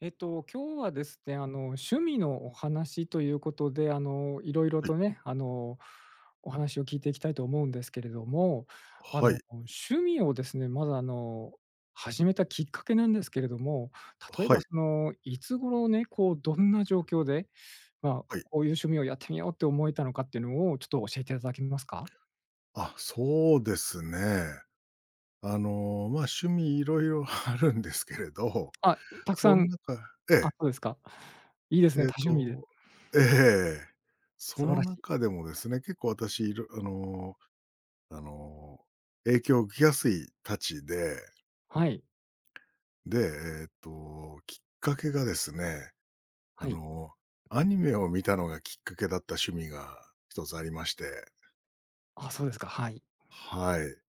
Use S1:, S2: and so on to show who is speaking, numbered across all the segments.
S1: 今日はですね、趣味のお話ということで、いろいろ
S2: はい。
S1: とね、お話を聞いていきたいと思うんですけれども、
S2: はい。
S1: 趣味をですね、まず始めたきっかけなんですけれども、例え
S2: は
S1: ば
S2: い。
S1: その、いつ頃ね、こう、どんな状況で、まあ、
S2: はい。
S1: こういう趣味をやってみようって思えたのかっていうのを、ちょっと教えていただけますか？
S2: あ、そうですね。まあ、趣味いろいろ あるんですけれど、
S1: あ、たくさ
S2: その
S1: ん。
S2: 中え
S1: あ、
S2: え、
S1: そうですか。いいですね、
S2: えっ
S1: 多趣味で。
S2: とええ。そ
S1: 素晴
S2: の
S1: らしい。
S2: 中でもですね、結構私いろあのあの、影響を受けやすいたちで、
S1: はい、
S2: で、きっかけがですね、あ
S1: はい。
S2: の、アニメを見たのがきっかけだった趣味が一つありまして。
S1: あ、そうですか、はい。
S2: はい。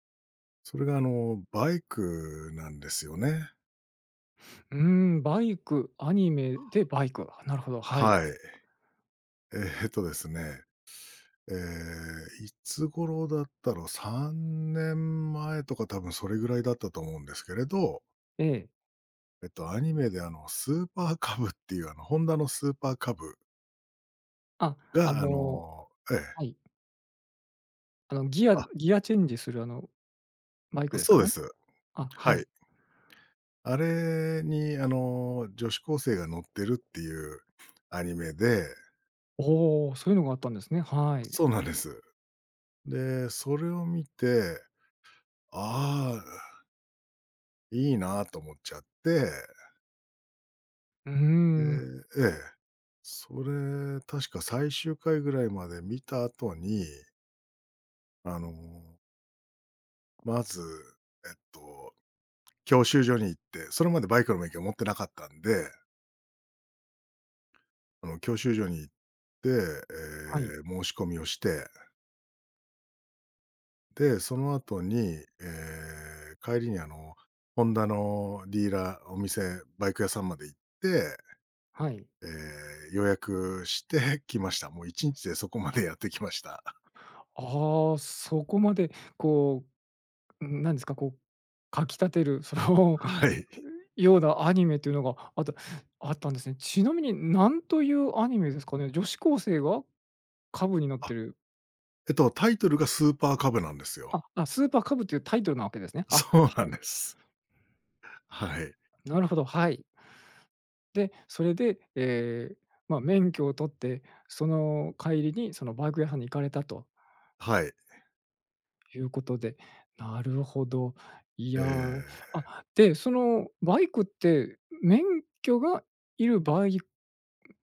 S2: それがバイクなんですよね。
S1: うーん、バイク、アニメでバイク、なるほど、はい。
S2: はい。えですね、ええ、いつ頃だったろう。3年前とか多分それぐらいだったと思うんですけれど、
S1: ええ。
S2: アニメでスーパーカブっていうホンダのスーパーカブ
S1: あ、あ
S2: が
S1: のはい、ギア
S2: あ、
S1: ギアチェンジするバイクです
S2: そう
S1: か
S2: で
S1: ね？
S2: す。
S1: あ、は
S2: はい。
S1: い。
S2: あれに女子高生が乗ってるっていうアニメで。
S1: おお、そういうのがあったんですね。はい。
S2: そうなんです。で、それを見て、ああいいなと思っちゃって、
S1: うー
S2: で
S1: ん、
S2: ええ。それ、確か最終回ぐらいまで見た後に、あの、まず、えっと、教習所に行って、それまでバイクの免許を持ってなかったんで、教習所に行って、
S1: はい、
S2: 申し込みをして、で、その後に、帰りにホンダのディーラー、お店、バイク屋さんまで行って
S1: はい。
S2: えー予約してき ました。もう1日でそこまでやってきました。
S1: ああ、そこまでこう、なんですか、こう、かき立てる、その、
S2: は い。
S1: ようなアニメというのがあったんですね。ちなみに何というアニメですかね？女子高生がカブになって
S2: あ、
S1: る。
S2: タイトルがスーパーカブなんですよ。
S1: あ、あ、スーパーカブというタイトルなわけですね。あ、
S2: そうな
S1: は
S2: ん
S1: い。
S2: です。はい。
S1: なるほど、はい。で、それで、ええ、まあ、免許を取って、その帰りにそのバイク屋さんに行かれたと
S2: はい。
S1: いうことで、なるほど。い
S2: え
S1: や、
S2: え、
S1: あ、で、そのバイクって、免許がいるバイ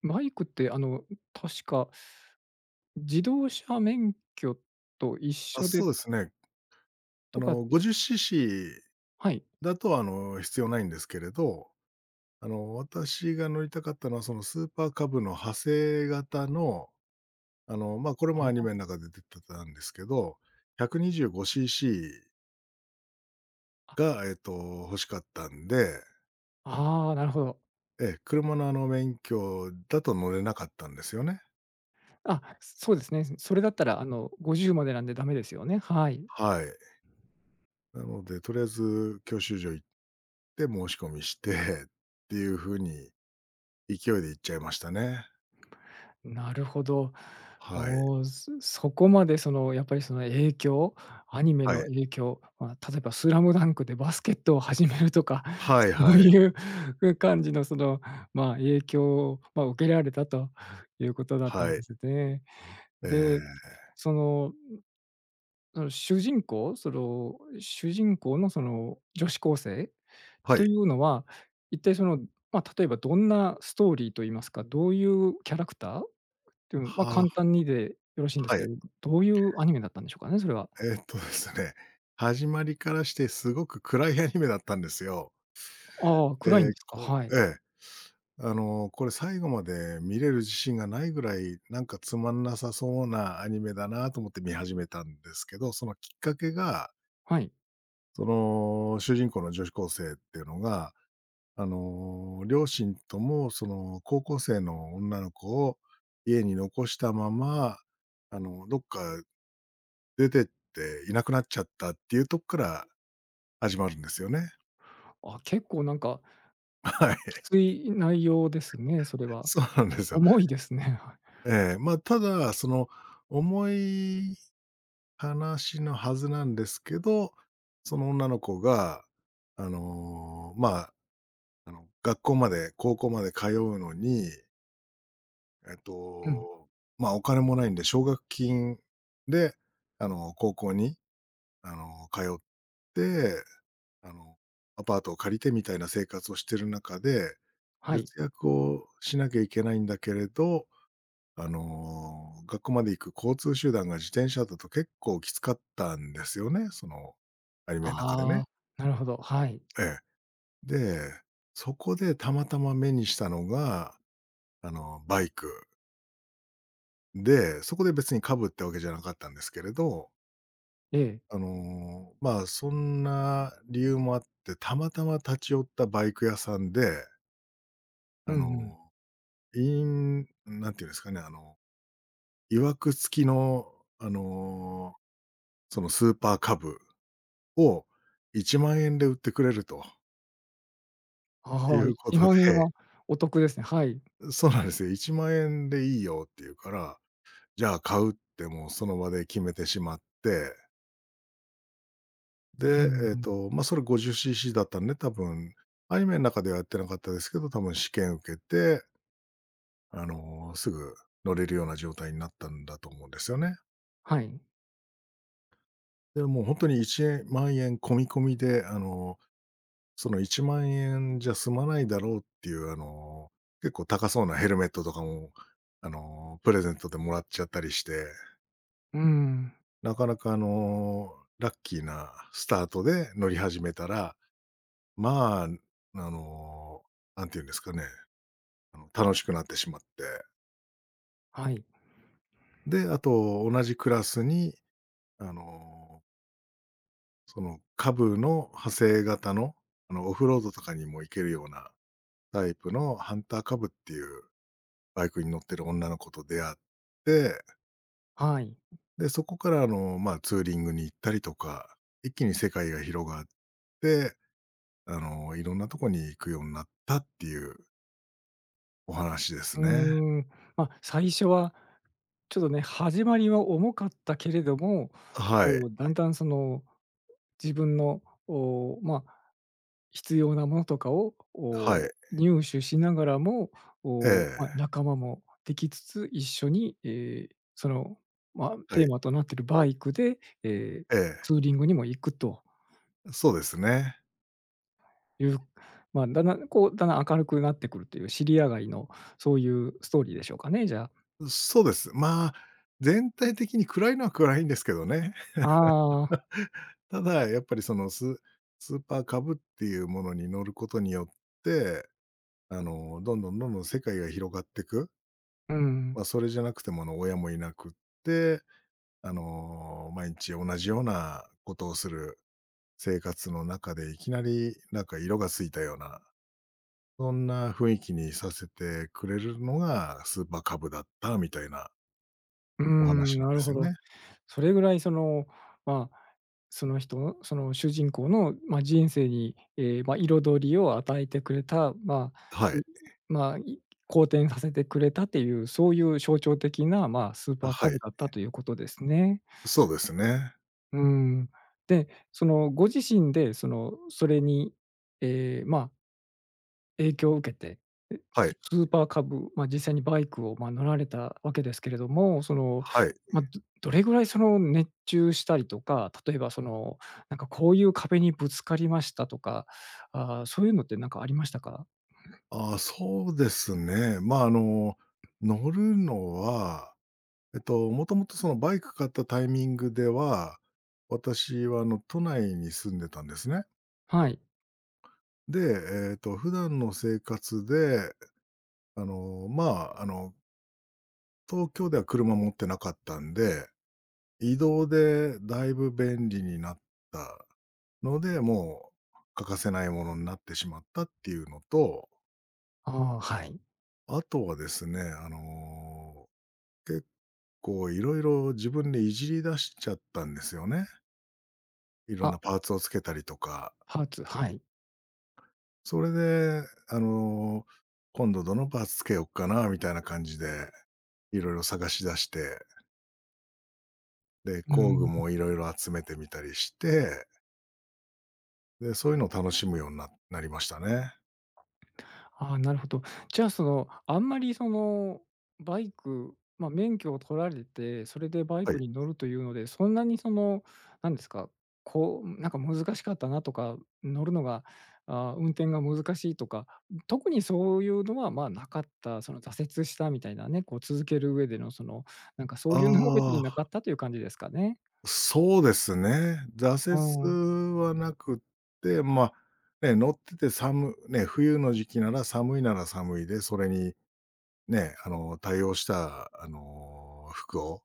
S1: バイクって、確か自動車免許と一
S2: あ、
S1: 緒
S2: そ
S1: で
S2: うですね。
S1: とかって。
S2: 50cc
S1: はい。
S2: だと、必要ないんですけれど、私が乗りたかったのは、そのスーパーカブの派生型の、まあ、これもアニ
S1: ああ
S2: メの中で出てたんですけど、125cc
S1: ー、
S2: が、欲しかったんで、
S1: なるほど。
S2: ええ、車のあの免許だと乗れなかったんですよね。
S1: あ、そうですね。それだったら、50までなんでダメですよね。はい。
S2: はい。なので、とりあえず教習所行って申し込みして っていう風に勢いで行っちゃいましたね。
S1: なるほど。
S2: はい。
S1: おお、そこまでその、やっぱりその影響、アニメ
S2: は
S1: の
S2: い。
S1: 影響、まあ、例えばスラムダンクでバスケットを始めるとか、
S2: はい
S1: そう
S2: はい。
S1: いう感じのその、まあ、影響を、まあ、受けられたということだったん
S2: は
S1: で
S2: い。
S1: すね。
S2: え
S1: で、
S2: え、
S1: その、その主人公、その、主人公のその女子高生
S2: は
S1: と
S2: い。
S1: いうのは、一体その、まあ、例えばどんなストーリーと言いますか、どういうキャラクター？ていう、まあ、
S2: は
S1: 簡
S2: あ、
S1: 単にでよろしいんです
S2: はいえはいはは
S1: けど、
S2: い。
S1: どういうアニメだったんでしょうかね？それは。
S2: えっとですね、始まりからしてすごく暗いアニメだったんですよ。
S1: ああ、暗いん
S2: えー
S1: ですか。
S2: こ
S1: は
S2: え
S1: い。
S2: え。これ最後まで見れる自信がないぐらい、なんかつまんなさそうなアニメだなと思って見始めたんですけど、そのきっかけが、
S1: はい。
S2: その主人公の女子高生っていうのが、両親ともその高校生の女の子を家に残したまま、どっか出てっていなくなっちゃったっていうとこから始まるんですよね。
S1: あ、結構なんか
S2: はい。
S1: きつい内容ですね、それは。
S2: そうなんですよ。
S1: 重いですね。はい。
S2: ええ、まあ、ただ、その思い話のはずなんですけど、その女の子が、あの、まあ、学校まで、高校まで通うのに、えっ
S1: うん。
S2: と、まあ、お金もないんで奨学金で、高校に、通って、あの、アパートを借りてみたいな生活をしてる中で、
S1: はい。
S2: 節約をしなきゃいけないんだけれど、学校まで行く交通手段が自転車だと結構きつかったんですよね、そのアニメ
S1: あ
S2: の中でね。
S1: あ、なるほど。はい。
S2: ええ。で、そこでたまたま目にしたのが、バイクで、そこで別にカブってわけじゃなかったんですけれど、
S1: ええ。
S2: まあ、そんな理由もあって、たまたま立ち寄ったバイク屋さんで、
S1: うん
S2: あ
S1: うん。
S2: のいんていうんですかね、曰く付きの、あの、そのスーパーカブを1万円で売ってくれるとい
S1: ああ、
S2: うこ
S1: 1
S2: とで、
S1: 万円はお得ですね。はい。
S2: そうなんですよ。1万円でいいよっていうから、じゃあ買うってもうその場で決めてしまって、
S1: う
S2: で、
S1: んうん。
S2: まあ、それ 50cc だったんで、多分、アニメの中ではやってなかったですけど、多分試験受けて、すぐ乗れるような状態になったんだと思うんですよね。
S1: はい。
S2: で、もう1万円込み込みで、その1万円じゃ済まないだろうっていう、結構高そうなヘルメットとかも、プレゼントでもらっちゃったりして、
S1: うーん。
S2: なかなか、ラッキーなスタートで乗り始めたら、まあ、の、なんていうんですかね、楽しくなってしまって。
S1: はい。
S2: で、あと同じクラスに、あの、その下の派生型の、オフロードとかにも行けるようなタイプのハンターカブっていうバイクに乗ってる女の子と出会って、
S1: はい。
S2: で、そこからまあ、ツーリングに行ったりとか、一気に世界が広がって、いろんなとこに行くようになったっていうお話で
S1: う
S2: す
S1: ー
S2: ね。
S1: ん。ま、最初はちょっとね、始まりは重かったけれども、
S2: はい。
S1: こうだんだんその自分の、お、まあ、必要なものとかを、お、
S2: はい。
S1: 入手しながらも、
S2: え
S1: お、まあ、
S2: え。
S1: 仲間もできつつ、一緒に、えーその、まあ、
S2: は
S1: テー
S2: い。
S1: マとなっているバイクで、えー
S2: ええ。
S1: ツーリングにも行くと
S2: そうですね。
S1: いう、まあ、だんだん、こう、だんだん明るくなってくるという知り上がりのそういうストーリーでしょうかね、じゃあ。
S2: そうです。まあ、全体的に暗いのは暗いんですけどね。
S1: ああ、
S2: ただ、やっぱりそのスーパーカブっていうものに乗ることによって、どんどんどんどん世界が広がっていく。
S1: う
S2: ま
S1: ん。
S2: あ、それじゃなくても、親もいなくって、毎日同じようなことをする生活の中で、いきなりなんか色がついたような、そんな雰囲気にさせてくれるのがスーパーカブだったみたいな
S1: う
S2: お
S1: ん、
S2: 話な
S1: な
S2: んで
S1: る
S2: す
S1: ほ
S2: よ
S1: ど。
S2: ね。
S1: それぐらいその、まあ、その人の、その主人公の、まあ、人生に、ええ、まあ、彩りを与えてくれた、ま
S2: は
S1: あ、
S2: い。
S1: まあ、好転させてくれたっていう、そういう象徴的な、まあ、スーパー
S2: は
S1: カブ
S2: い。
S1: だったということですね。
S2: そうですね。
S1: うん。で、そのご自身で、その、それに、えーまあ影響を受けて、え、
S2: はい。
S1: ーパーカブ、まあ、実際にバイクを、まあ、乗られたわけですけれども、その、
S2: はい。
S1: まあ、どれぐらいその熱中したりとか、例えばその、なんかこういう壁にぶつかりましたとか、ああ、そういうのってなんかありましたか？
S2: ああ、そうですね。まあ、乗るのはもともとそのバイク買ったタイミングでは、私は都内に住んでたんですね。
S1: はい。
S2: で、普段の生活で、あの、まあ、あの、東京では車持ってなかったんで、移動でだいぶ便利になったので、もう欠かせないものになってしまったっていうのと、
S1: ああ、はい。
S2: あとはですね、結構いろいろ自分でいじり出しちゃったんですよね。いろ
S1: あ、
S2: んなパーツをつけたりとか。
S1: ハーツ、はい。
S2: それで、今度どのパーツつけよっかなみたいな感じで、いろいろ探し出して、で、
S1: うー
S2: 工具
S1: ん。
S2: もいろいろ集めてみたりして、で、そういうのを楽しむようになりましたね。
S1: ああ、なるほど。じゃあ、その、あんまりその、バイク、まあ、免許を取られて、それでバイ
S2: は
S1: ク
S2: い。
S1: に乗るというので、そんなにその、なんですか、こう、なんか難しかったなとか、乗るのが、あ、運転が難しいとか、特にそういうのは、ま、あなかった、その挫折したみたいなね、こう続ける上でのその、なんかそういうのも別に
S2: あ
S1: なかっ
S2: あ、
S1: たという感じですかね？
S2: そうですね。
S1: ああ、
S2: 挫折はなくって、まあ、ね、乗ってて冬の時期なら寒いなら寒いで、それにね、対応した、服を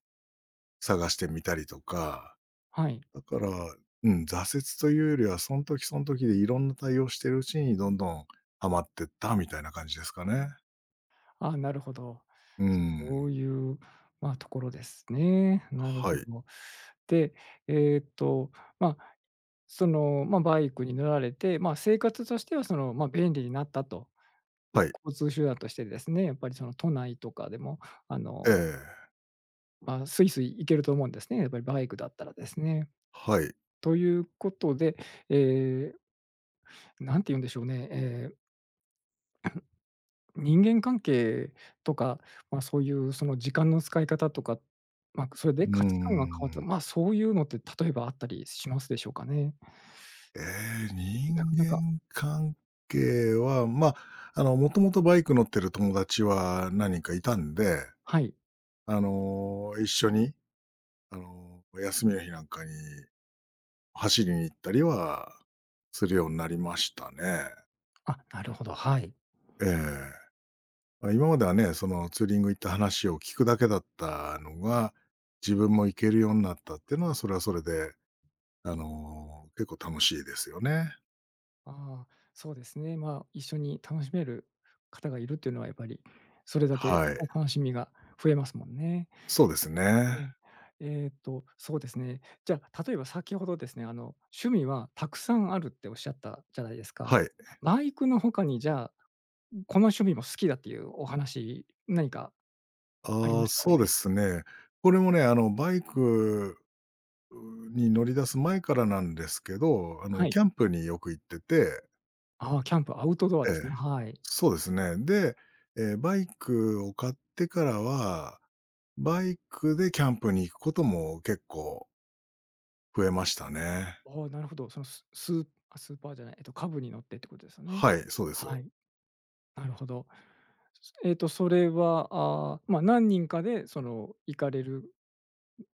S2: 探してみたりとか
S1: はい。
S2: だから、うん、挫折というよりは、その時その時でいろんな対応してるうちにどんどんハマってったみたいな感じですかね。
S1: あ、なるほど。
S2: う
S1: そ
S2: ん。
S1: ういう、まあ、ところですね。なる
S2: は
S1: ほ
S2: い。
S1: ど。で、えーっと、まあ、その、まあ、バイクに乗られて、まあ、生活としてはその、まあ、便利になったという
S2: はい。
S1: 交通手段としてですね、やっぱりその都内とかでも、あ
S2: え
S1: の、
S2: え。
S1: まあ、スイスイ行けると思うんですね、やっぱりバイクだったらですね。
S2: はい。
S1: ということで、ええ、んて言うんでしょうね、ええ人間関係とか、まあ、そういうその時間の使い方とか、まあ、それ
S2: う
S1: で
S2: ー
S1: 価値観が変わった、
S2: ん。
S1: まあ、そういうのって例えばあったりしますでしょうかね？
S2: ええ、
S1: な
S2: 人
S1: かなか。
S2: 間関係は、まあ、もともとバイク乗ってる友達は何人かいたんで、
S1: はい。
S2: 一緒に、休みの日なんかに走りに行ったりはするようになりましたね。
S1: あ、なるほど、はい。
S2: ええ。まあ、今まではね、そのツーリング行った話を聞くだけだったのが、自分も行けるようになったっていうのは、それはそれで、結構楽しいですよね。
S1: ああ、そうですね。まあ、一緒に楽しめる方がいるっていうのはやっぱり、それだけ、
S2: はい。
S1: ま、楽しみが増えますもんね。
S2: そうですね。
S1: ね。そうですね。じゃあ、例えば先ほどですね、趣味はたくさんあるっておっしゃったじゃないですか。
S2: はい。
S1: バイクの他にじゃあこの趣味も好きだっていうお話、何かあり
S2: あ
S1: ま
S2: あ、
S1: したらお
S2: そう
S1: 願い
S2: で
S1: し。
S2: すね。これもね、バイクに乗り出す前からなんですけど、
S1: はい。
S2: キャンプによく行ってて。
S1: ああ、キャンプ、アウトドア
S2: ええ。
S1: ですね。はい。
S2: そうですね。で、バイクを買ってからは、バイクでキャンプに行くことも結構増えましたね。
S1: ああ、なるほど。そのー、あ、スーパーじゃない、カブに乗ってってことですよね。
S2: はい、そうで
S1: は
S2: す。
S1: い、なるほど。す、それは、ああ、まあ、何人かでその行かれる。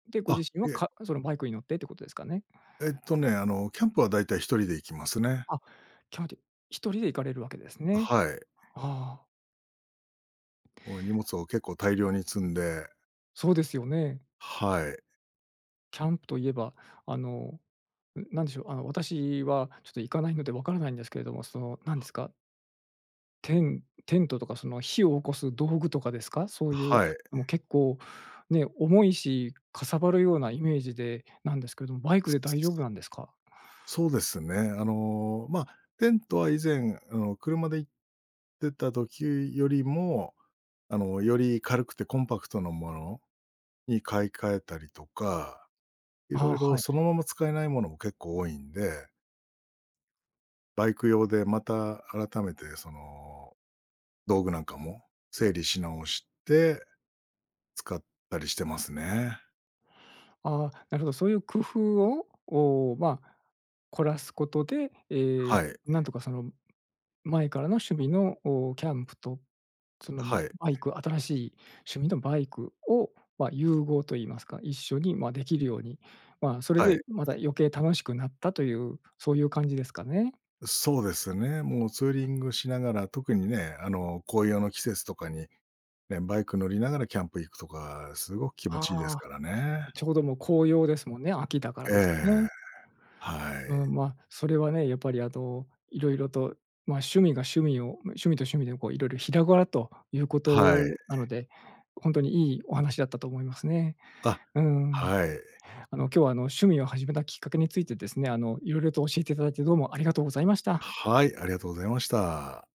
S1: で、ご
S2: あ、
S1: 自身は
S2: え、
S1: かそのバイクに乗ってってことですかね？
S2: キャンプはだいたい一人で行きますね。
S1: あ、キャンプで1人で行かれるわけですね。
S2: はい。
S1: ああ、
S2: もう荷物を結構大量に積んで。
S1: そうですよね。
S2: はい、
S1: キャンプといえば、あの、ん、なんでしょう、私はちょっと行かないのでわからないんですけれども、その、なんですか、テントとかその火を起こす道具とかですか？そういう、
S2: はい。
S1: もう結構ね、重いし、かさばるようなイメージでなんですけれども、バイクで大丈夫なんですか？
S2: そうですね。テントは以前、車で行ってた時よりも、より軽くてコンパクトなものに買い替えたりとか、い
S1: あ
S2: ろ
S1: あ、
S2: いろ
S1: はい。
S2: そのまま使えないものも結構多いんで、バイク用でまた改めてその道具なんかも整理し直して使ったりしてますね。
S1: ああ、なるほど、そういう工夫を、おまあ、凝らすことで、えー
S2: はい。
S1: なんとかその前からの趣味の、お、キャンプとその
S2: はい。
S1: バイク、新しい趣味のバイクを、まあ、融合といいますか、一緒に、ま、できるように、まあ、それ
S2: は
S1: で
S2: い。
S1: また余計楽しくなったという、そういう感じですかね。
S2: そうですね。もうツーリングしながら、特にね、紅葉の季節とかに、ね、バイク乗りながらキャンプ行くとか、すごく気持ちいいです
S1: ああ、
S2: からね。
S1: ちょうどもう紅葉ですもんね、秋だから
S2: え
S1: ですね。
S2: え。は
S1: う
S2: い。
S1: ん、まあ、それはね、やっぱりいろいろと、まあ、趣味が趣味を趣味と趣味でこういろ々広がるということ
S2: はい。
S1: なので、本当にいいお話だったと思いますね。
S2: あ、
S1: うん。
S2: はい。
S1: 今日は趣味を始めたきっかけについてですね、色々と教えていただいてどうもありがとうございました。
S2: はい、ありがとうございました。